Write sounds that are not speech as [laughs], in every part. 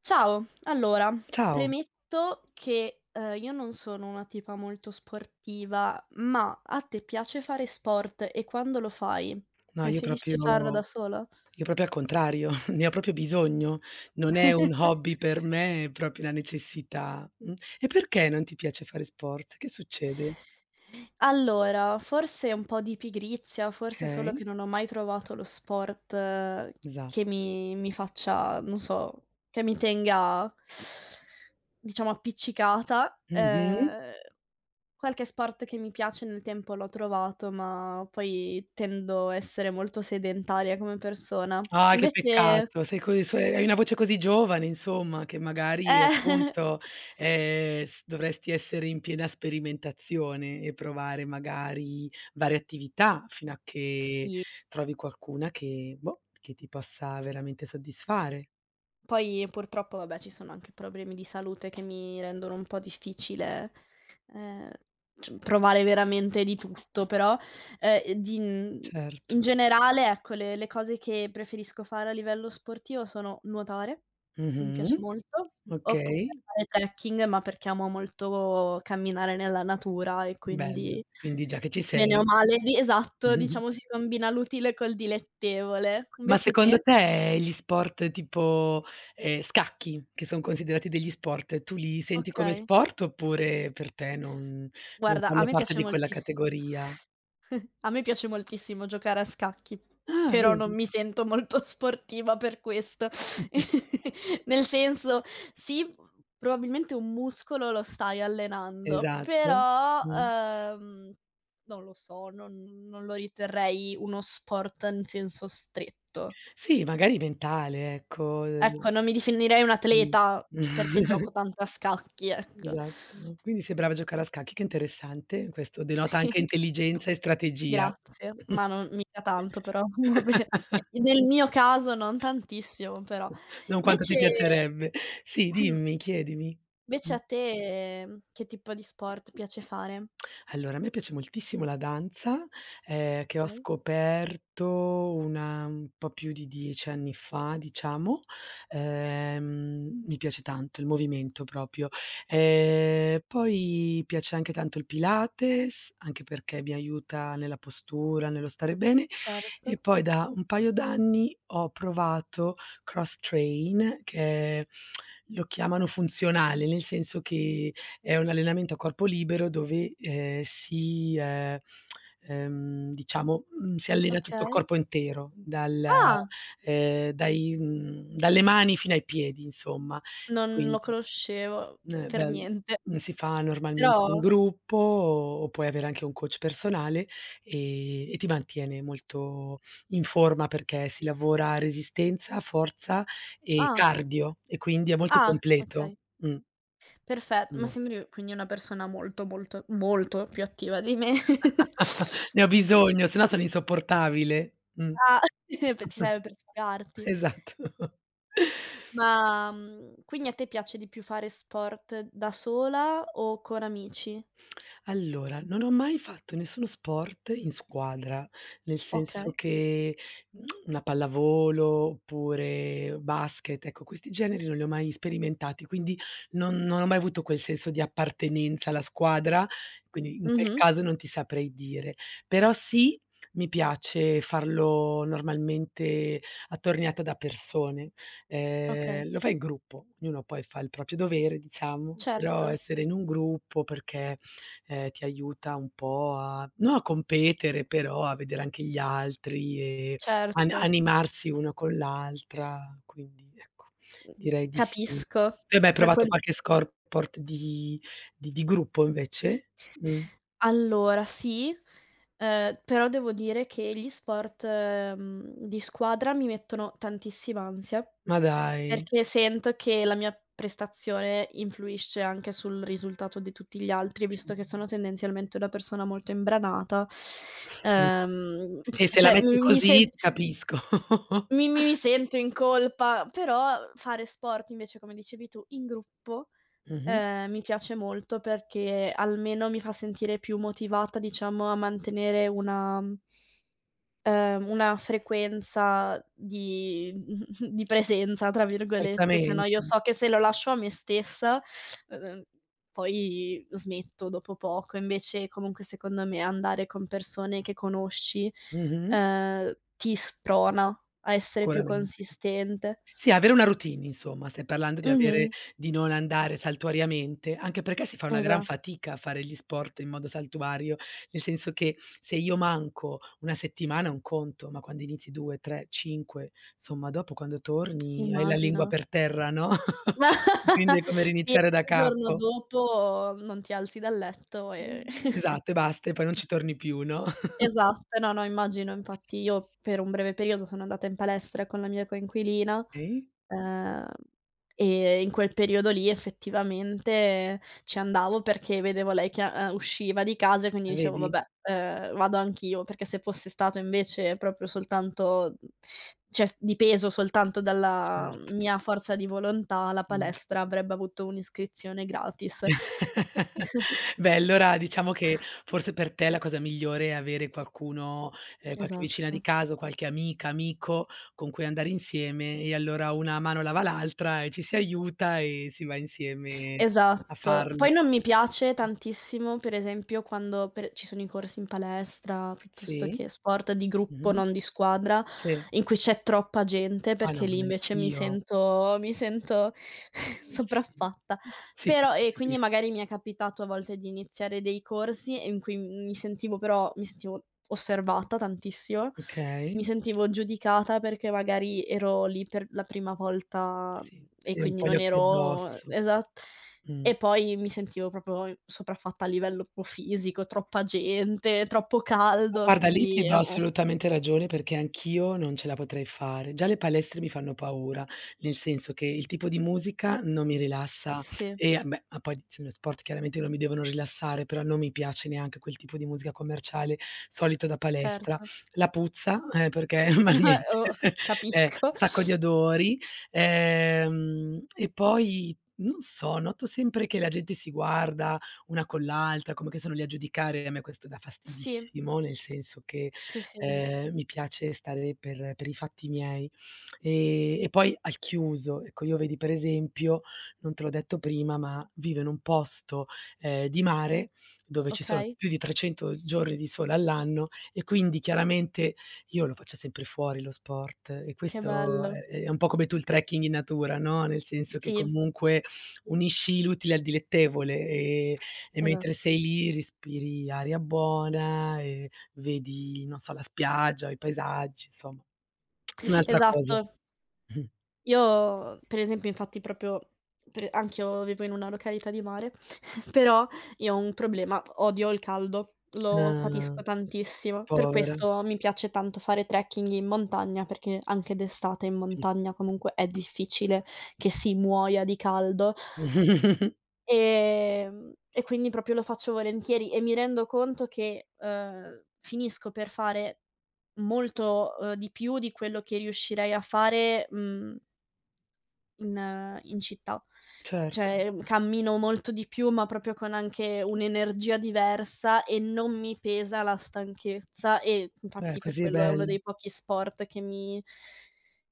Ciao, allora, Ciao. premetto che, io non sono una tipa molto sportiva, ma a te piace fare sport e quando lo fai, No, io proprio preferisci farlo da sola? io proprio al contrario, [laughs] ne ho proprio bisogno. Non è un [laughs] hobby per me, è proprio una necessità. Mh. E perché non ti piace fare sport? Che succede? Allora, forse un po' di pigrizia, forse solo Okay, che non ho mai trovato lo sport esa che mi faccia, non so, che mi tenga diciamo appiccicata, mh-mh. Qualche sport che mi piace nel tempo l'ho trovato, ma poi tendo a essere molto sedentaria come persona. Ah, che Invece peccato, sei così su hai una voce così giovane insomma, che magari eh! [laughs] appunto, s dovresti essere in piena sperimentazione e provare magari varie attività fino a che Sì, trovi qualcuna che, boh, che ti possa veramente soddisfare. poi purtroppo, vabbè, ci sono anche problemi di salute che mi rendono un po' difficile, ehm, c provare veramente di tutto, però, ehm, di mhmm, Certo. in generale, ecco, le cose che preferisco fare a livello sportivo sono nuotare, mi piace Mh-mh. molto, oppure Okay, fare trekking, ma perché amo molto camminare nella natura e bello. quindi Quindi già che ci bene sei. o male di esatto, diciamo si combina l'utile col dilettevole. Ma Invece te? secondo te gli sport tipo, scacchi, che son considerati degli sport, tu li senti come Okay. sport oppure per te non Guarda, a fanno me parte piace di quella moltissi categoria? [laughs] a me piace moltissimo giocare a scacchi, Ah, però non vedi? mi sento molto [laughs] sportiva per questo. [laughs] [laughs] Nel senso, sì, probabilmente un muscolo lo stai allenando, Esatto. però, Mh. Non lo so, non lo riterrei uno sport in senso stretto. Sì, magari mentale, ecco, Ecco, non mi definirei un mh. atleta perché [laughs] gioco tanto a scacchi, ecco. Esatto. Quindi sei brava a giocare a scacchi, che interessante. Questo denota anche [laughs] intelligenza e strategia. Grazie, ma non mica tanto però, [laughs] vabbè. [laughs] Nel mio caso non tantissimo però. Non quanto Invece ti piacerebbe. Sì, [clears throat] mh, dimmi, chiedimi. Mh. invece a te, che tipo di sport piace fare? Allora, a me piace moltissimo la danza, che ho Okay. scoperto una un po' più di 10 anni fa, diciamo. Mi piace tanto il movimento proprio. Poi piace anche tanto il Pilates, anche perché mi aiuta nella postura, nello stare bene, Certo, e poi da un paio d'anni ho provato cross train che lo chiamano funzionale, nel senso che è un allenamento a corpo libero dove, diciamo, si allena tutto il okay. corpo intero, Ah, dalle mani fino ai piedi insomma. non lo Quindi, conoscevo ehm, per bel niente, si fa normalmente in però gruppo o puoi avere anche un coach personale, E ti mantiene molto in forma perché si lavora resistenza, forza e ah, cardio e quindi è molto ah, completo. okay, perfe ma mh. sembri quindi una persona molto, molto, molto più attiva di me. [laughs] [laughs] Ne ho bisogno, se no sono insopportabile. Mh. Ah, p ti [laughs] serve per sfogarti. Esatto. [laughs] Ma, quindi a te piace di più fare sport da sola o con amici? Allora, non ho mai fatto nessuno sport in squadra, nel senso Okay. che mm, una pallavolo oppure basket, ecco questi generi non li ho mai sperimentati, quindi non ho mai avuto quel senso di appartenenza alla squadra, quindi in quel Mh-mh. caso non ti saprei dire. Però sì, mi piace farlo normalmente attorniata da persone. Okay. Lo fai in gruppo, ognuno poi fa il proprio dovere diciamo, Certo, però essere in un gruppo perché ti aiuta un po' a non a competere, però a vedere anche gli altri e an certo. animarsi uno con l'altra, quindi ecco, Mh, direi di sì. capisco. Tu hai mai Per provato quel qualche sport di gruppo invece? Allora sì, però devo dire che gli sport, di squadra mi mettono tantissima ansia. Ma dai. Perché sento che la mia prestazione influisce anche sul risultato di tutti gli altri, Sì, visto che sono tendenzialmente una persona molto imbranata, mh. ehm, E se la cioè metti mi mi sen così ti capisco. [laughs] mi sento in colpa, però fare sport invece, come dicevi tu, in gruppo, Mh-mh, mi piace molto perché almeno mi fa sentire più motivata, diciamo, a mantenere una frequenza di [laughs] di "presenza" tra virgolette, se no certamente. io so che se lo lascio a me stessa, uhm, poi smetto dopo poco. Invece comunque secondo me andare con persone che conosci, Mh-mh, ti sprona a essere più sicuramente. consistente. Sì, avere una routine insomma, stai parlando Mh-mh, di non andare saltuariamente, anche perché si fa una gran esa fatica a fare gli sport in modo saltuario, nel senso che se io manco una settimana è un conto, ma quando inizi 2, 3, 5, insomma dopo quando torni hai la lingua immagino. per terra, no. [laughs] Quindi è [laughs] come Sì, il riniziare da giorno capo. dopo non ti alzi dal letto e [laughs] Esatto e basta, e poi non ci torni più, no. [laughs] Esatto, no, no, immagino. Infatti io per un breve periodo sono andata in palestra con la mia coinquilina, Okay, ehm, e in quel periodo lì effettivamente ci andavo perché vedevo lei che, usciva di casa e quindi ah dicevo: vedi? "Vabbè, vado anch'io", perché se fosse stato invece proprio soltanto cioè s dipeso soltanto dalla Certo, mia forza di volontà, la mh. palestra avrebbe avuto un'iscrizione gratis. [laughs] [laughs] Beh, allora diciamo che forse per te la cosa migliore è avere qualcuno, qualche vicina di Esatto. casa o qualche amica, amico con cui andare insieme e allora una mano lava l'altra e ci si aiuta e si va insieme a Esatto. farlo. Poi non mi piace tantissimo, per esempio, quando per ci sono i corsi in palestra, piuttosto Sì. che sport di gruppo, Mh-mh. non di squadra, Sì. in cui c'è troppa gente, Ah no, perché ma lì invece anch'io. Mi sento [laughs] sopraffatta. Sì. Sì, sì, Però e quindi capisco. magari mi è capitato a volte di iniziare dei corsi in cui mi sentivo osservata tantissimo, mi Okay. sentivo giudicata perché magari ero lì per la prima volta Sì, e avere un quindi po' gli non occhi ero addosso. esat Mh. e poi mi sentivo proprio i sopraffatta a livello proprio fisico, troppa gente, troppo Ma caldo, guarda, lì ti quindi do avevo assolutamente ragione perché anch'io non ce la potrei fare. Già le palestre mi fanno paura, nel senso che il tipo di musica non mi rilassa sì, e a beh, ma poi sono sport chiaramente non mi devono rilassare, però non mi piace neanche quel tipo di musica commerciale solito da palestra. certo. La puzza, perché [laughs] [laughs] banalmente, Oh, capisco. un sacco di odori, e poi non so, noto sempre che la gente si guarda, una con l'altra, come che sono lì a giudicare, a me questo dà Sì, fastidissimo, nel senso che, sì, sì, mi piace stare per i fatti miei. E poi al chiuso, ecco, io vedi per esempio, non te l'ho detto prima, ma vivo in un posto, di mare, dove ci sono okay, più di 300 giorni di sole all'anno e quindi chiaramente io lo faccio sempre fuori lo sport e che questo bello. è un po' come tu il trekking in natura, no, nel senso che Sì, comunque unisci l'utile al dilettevole, e mentre esatto. sei lì respiri aria buona e vedi, non so, la spiaggia, i paesaggi, insomma, un'altra cosa. Esatto. [laughs] Io per esempio infatti proprio pre anch'io vivo in una località di mare, [laughs] però io ho un problema, odio il caldo, lo Ah, patisco tantissimo. Per povera, questo mi piace tanto fare trekking in montagna, perché anche d'estate in capisco. montagna comunque è difficile che si muoia di caldo. [laughs] E quindi proprio lo faccio volentieri e mi rendo conto che, finisco per fare molto, di più di quello che riuscirei a fare, mhmm in in città. Certo. Cioè, cammino molto di più, ma proprio con anche un'energia diversa e non mi pesa la stanchezza e Beh, infatti per così è quello è uno bello. dei pochi sport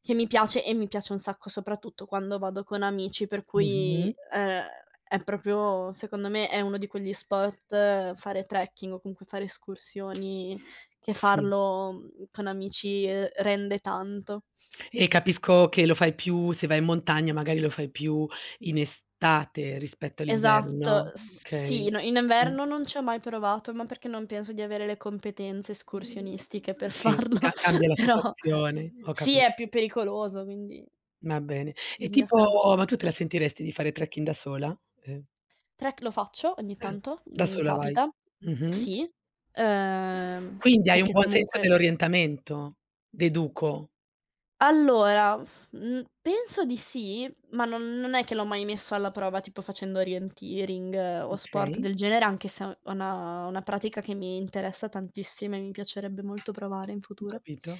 che mi piace e mi piace un sacco soprattutto quando vado con amici, per cui, Mh-mh. È proprio secondo me è uno di quegli sport fare trekking o comunque fare escursioni, che Sì. farlo, con amici, rende tanto. E capisco che lo fai più se vai in montagna magari lo fai più in estate rispetto all'inverno, no? Esatto, Okay. sì, no, in Mh, inverno non ci ho mai provato, ma perché non penso di avere le competenze mhmm, escursionistiche per sì, farlo, ca cambia [laughs] la però situazione, ho sì, capito. è più pericoloso, quindi Va bene. E bisogna tipo stare un po' più ma tu te la sentiresti di fare trekking da sola? Ehm, trek lo faccio ogni ah, tanto, da mi sola vai. capita, Mh-mh. sì, ehm, Quindi hai un perché buon senso comunque dell'orientamento, deduco. Allora, penso di sì, ma non è che l'ho mai messo alla prova, tipo facendo orienteering o sport Okay, del genere, anche se è una pratica che mi interessa tantissimo e mi piacerebbe molto provare in ho futuro. capito.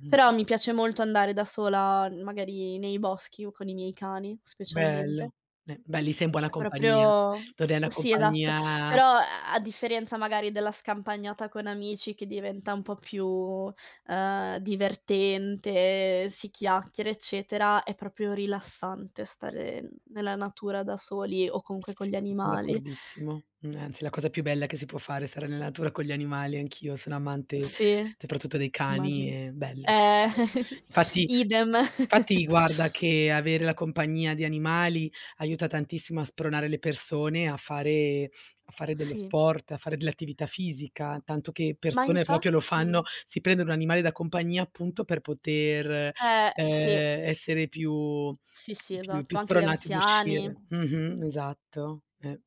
Mh. Però mi piace molto andare da sola, magari nei boschi o con i miei cani specialmente. Bello. Beh, lì sei in buona È compagnia. proprio Non è una sì, esatto. compagnia. Però a differenza magari della scampagnata con amici che diventa un po' più, divertente, si chiacchiera, eccetera, è proprio rilassante stare nella natura da soli o comunque Sì, con gli sì, son animali. d'accordissimo. Mhmm, anzi la cosa più bella che si può fare è stare nella natura con gli animali, anch'io sono amante Sì, soprattutto dei cani, immagino. è bello. Eh, Eh. [laughs] Infatti idem. infatti guarda che avere la compagnia di animali aiuta tantissimo a spronare le persone a fare dello Sì, sport, a fare dell'attività fisica, tanto che ma persone proprio lo infatti fanno si prendono un animale da compagnia appunto per poter, sì, essere più sì, sì, più più esatto, anche gli spronati ad anziani, uscire. Mh-mh, esatto, eh.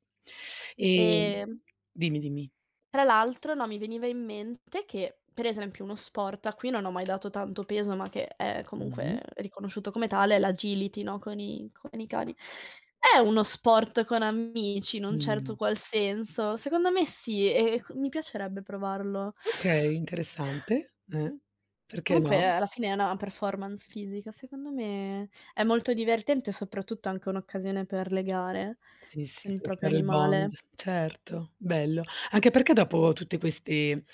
Ehm ehm Dimmi, dimmi. Tra l'altro, no, mi veniva in mente che, per esempio, uno sport a cui non ho mai dato tanto peso, ma che è Mh-mh. comunque riconosciuto come tale, è l'agility, no, con i cani. È uno sport con amici, in un certo Mh. qual senso. Secondo me sì, e c mi piacerebbe provarlo. Okay, interessante. Perché Comunque no? alla fine è una performance fisica. Secondo me è molto divertente, soprattutto anche un'occasione per legare Sì, sì, con il per proprio creare il bond. animale. Certo, bello. Anche perché dopo tutte queste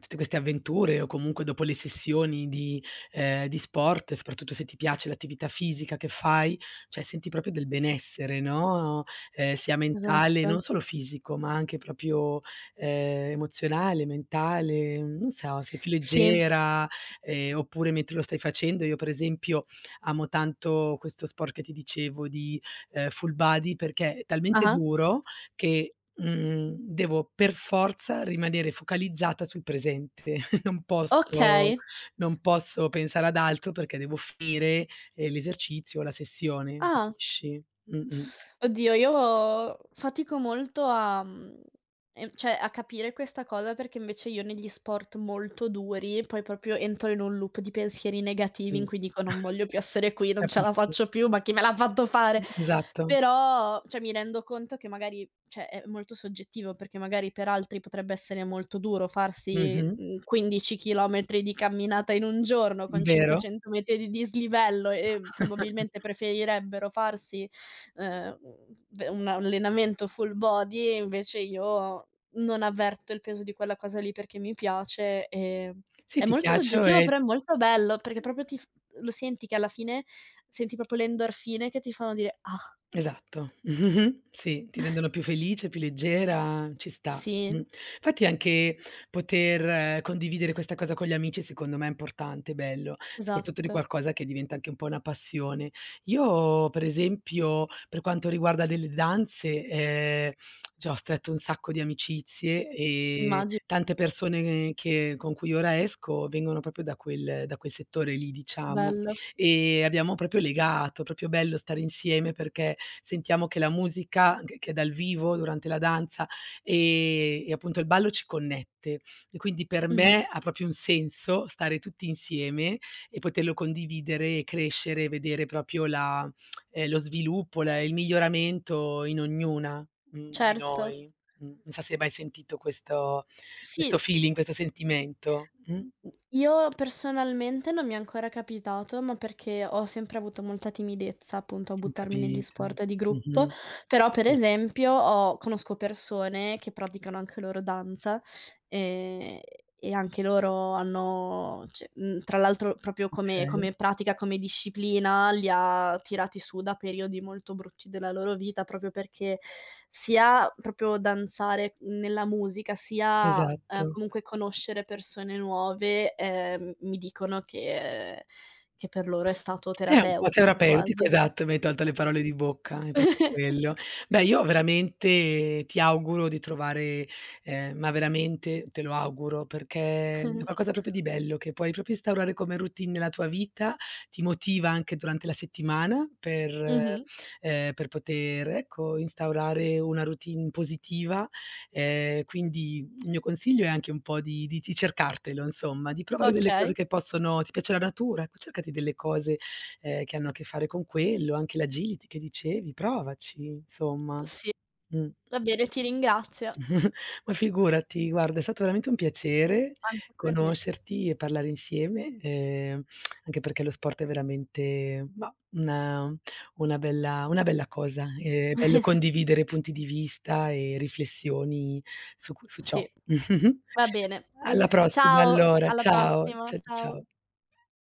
tutte queste avventure o comunque dopo le sessioni di sport, soprattutto se ti piace l'attività fisica che fai, cioè senti proprio del benessere, no, sia mentale, non Esatto. solo fisico, ma anche proprio, emozionale, mentale, non so, sei più Sì. leggera, oppure mentre lo stai facendo. Io per esempio amo tanto questo sport che ti dicevo di full body perché è talmente Ah-ah. duro che, devo per forza rimanere focalizzata sul presente. [laughs] Non posso Okay. non posso pensare ad altro perché devo finire, l'esercizio o la sessione, Ah. capisci? Mh-mh, Oddio, io fatico molto a cioè a capire questa cosa perché invece io negli sport molto duri, poi proprio entro in un loop di pensieri negativi sì. in cui dico: "Non voglio più [laughs] essere qui, non ce la Capisco. faccio più, ma chi me l'ha fatto fare?" Esatto. Però, mi rendo conto che magari cioè è molto soggettivo, perché magari per altri potrebbe essere molto duro farsi, Mh-mh. 15 chilometri di camminata in un giorno con Vero? 500 metri di dislivello e [laughs] probabilmente preferirebbero farsi ehm, v un allenamento full body e invece io non avverto il peso di quella cosa lì perché mi piace, Sì, è ti molto piaccio soggettivo e. però è molto bello perché proprio ti f lo senti che alla fine senti proprio le endorfine che ti fanno dire: "Ah, Esatto. [laughs] Mh-mh-mh. Sì, ti rendono più felice, più leggera, ci sta. Mh. sì, Infatti anche poter condividere questa cosa con gli amici secondo me è importante, bello, soprattutto di esatto." qualcosa che diventa anche un po' una passione. Io per esempio, per quanto riguarda delle danze, cioè ho stretto un sacco di amicizie e Immagi tante persone che con cui ora esco vengono proprio da quel settore lì, diciamo. bello. E abbiamo proprio legato, proprio bello stare insieme perché sentiamo che la musica, che è dal vivo durante la danza, e appunto il ballo ci connette. E quindi per Mh-mh. me ha proprio un senso stare tutti insieme e poterlo condividere e crescere e vedere proprio la lo sviluppo, la il miglioramento in ognuna, di Certo. noi. Non so se hai mai sentito questo Sì. feeling, questo sentimento. Mh? Io personalmente non mi è ancora capitato, ma perché ho sempre avuto molta timidezza, appunto, a Ho buttarmi negli capito. sport di gruppo, Mh-mh. però per Sì, esempio ho conosco persone che praticano anche loro danza Ehm, e anche loro hanno tra l'altro proprio okay. come pratica, come disciplina, li ha tirati su da periodi molto brutti della loro vita, proprio perché sia proprio danzare nella musica, sia, Esatto. comunque conoscere persone nuove, mi dicono che per loro è stato È un po' terapeutico terapeutico, quasi. esatto, mi hai tolto le parole di bocca, è proprio quello. [laughs] Beh, io veramente ti auguro di trovare ma veramente te lo auguro, perché è Mh-mh. qualcosa proprio di bello che puoi proprio instaurare come routine nella tua vita, ti motiva anche durante la settimana per Mh-mh. ehm, per poter, ecco, instaurare una routine positiva. Quindi il mio consiglio è anche un po' di cercartelo insomma, di provare delle cose Okay, che possono ti piace la natura, ecco cercati delle cose che hanno a che fare con quello, anche l'agility che dicevi, provaci insomma. sì, Mh. va bene, ti ringrazio. [laughs] Ma figurati, guarda è stato veramente un piacere Anche per me. conoscerti e parlare insieme, anche perché lo sport è veramente, mah, una bella cosa. È bello condividere punti di vista e riflessioni su ciò. Sì, [laughs] va bene. Alla prossima Ciao, allora, alla ciao, prossima. Ciao. ciao.